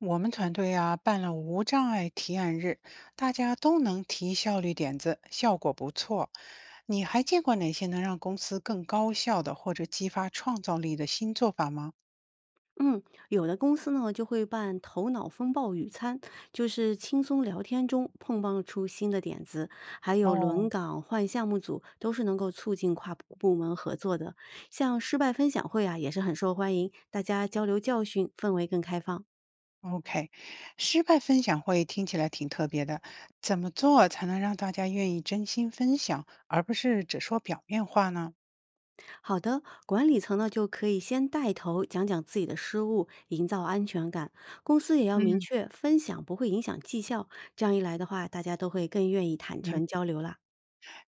我们团队啊办了无障碍提案日，大家都能提效率点子，效果不错。你还见过哪些能让公司更高效的或者激发创造力的新做法吗？嗯，有的公司呢就会办头脑风暴午餐，就是轻松聊天中碰撞出新的点子，还有轮哦岗换项目组，都是能够促进跨部门合作的。像失败分享会啊，也是很受欢迎，大家交流教训，氛围更开放。，OK，失败分享会听起来挺特别的，怎么做才能让大家愿意真心分享，而不是只说表面话呢？好的，管理层呢就可以先带头讲讲自己的失误，营造安全感。公司也要明嗯，确分享不会影响绩效，这样一来的话，大家都会更愿意坦明白。诚交流啦。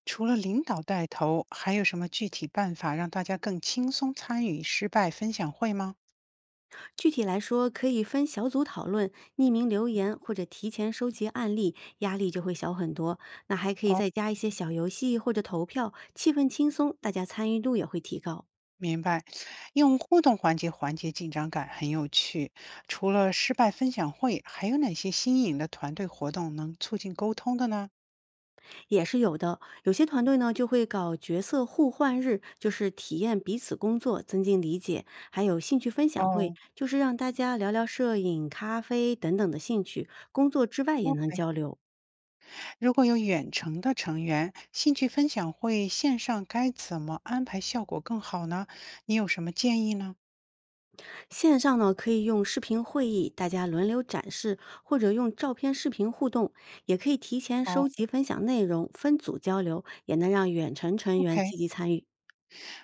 除了领导带头，还有什么具体办法让大家更轻松参与失败分享会吗？具体来说，可以分小组讨论、匿名留言或者提前收集案例，压力就会小很多。那还可以再加一些小游戏或者投票，气氛轻松，大家参与度也会提高，明白，用互动环节缓解紧张感很有趣。除了失败分享会，还有哪些新颖的团队活动能促进沟通的呢？也是有的。有些团队呢就会搞角色互换日，就是体验彼此工作，增进理解；还有兴趣分享会，哦就是让大家聊聊摄影、咖啡等等的兴趣，工作之外也能，OK，交流。如果有远程的成员，兴趣分享会线上该怎么安排效果更好呢？你有什么建议呢？线上呢，可以用视频会议，大家轮流展示，或者用照片、视频互动，也可以提前收哦集分享内容，分组交流，也能让远程成员，OK，积极参与。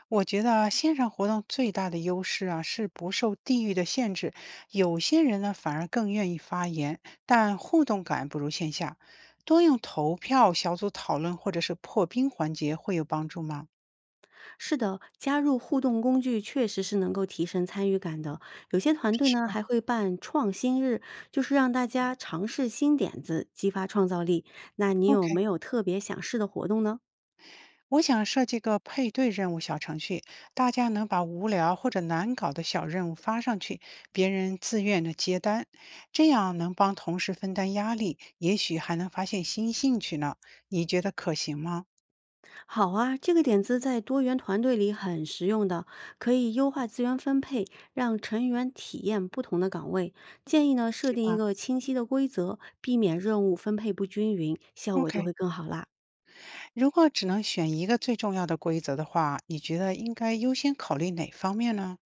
我觉得啊线上活动最大的优势啊，是不受地域的限制。有些人呢，反而更愿意发言，但互动感不如线下。多用投票、小组讨论或者是破冰环节会有帮助吗？是的，加入互动工具确实是能够提升参与感的。有些团队是呢吧？还会办创新日，就是让大家尝试新点子，激发创造力。那你有OK，没有特别想试的活动呢？我想设计个配对任务小程序，大家能把无聊或者难搞的小任务发上去，别人自愿的接单，这样能帮同事分担压力，也许还能发现新兴趣呢。你觉得可行吗？好啊，这个点子在多元团队里很实用的，可以优化资源分配，让成员体验不同的岗位。建议呢，设是定一吧， 个清晰的规则，避免任务分配不均匀，效 o 果就 k 会更好啦。如果只能选一个最重要的规则的话，你觉得应该优先考虑哪方面呢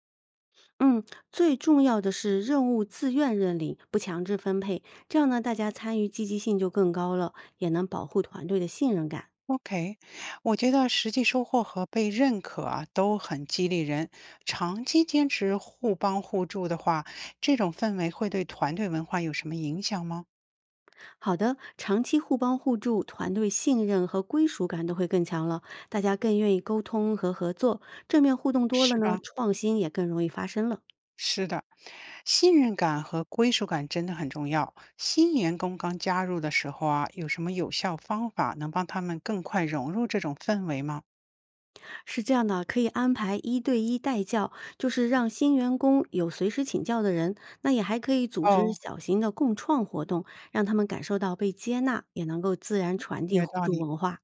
嗯，最重要的是任务自愿认领，不强制分配，这样呢，大家参与积极性就更高了，也能保护团队的信任感。？OK，我觉得实际收获和被认可啊都很激励人。长期坚持互帮互助的话，这种氛围会对团队文化有什么影响吗？好的，长期互帮互助，团队信任和归属感都会更强了，大家更愿意沟通和合作，正面互动多了是呢，吧？创新也更容易发生了。是的，信任感和归属感真的很重要。新员工刚加入的时候啊，有什么有效方法能帮他们更快融入这种氛围吗？是这样的啊，可以安排一对一带教，就是让新员工有随时请教的人，那也还可以组织哦，小型的共创活动，让他们感受到被接纳，也能够自然传递有互道助理。文化。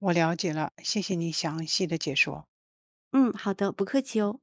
我了解了，谢谢你详细的解说。嗯，好的，不客气哦。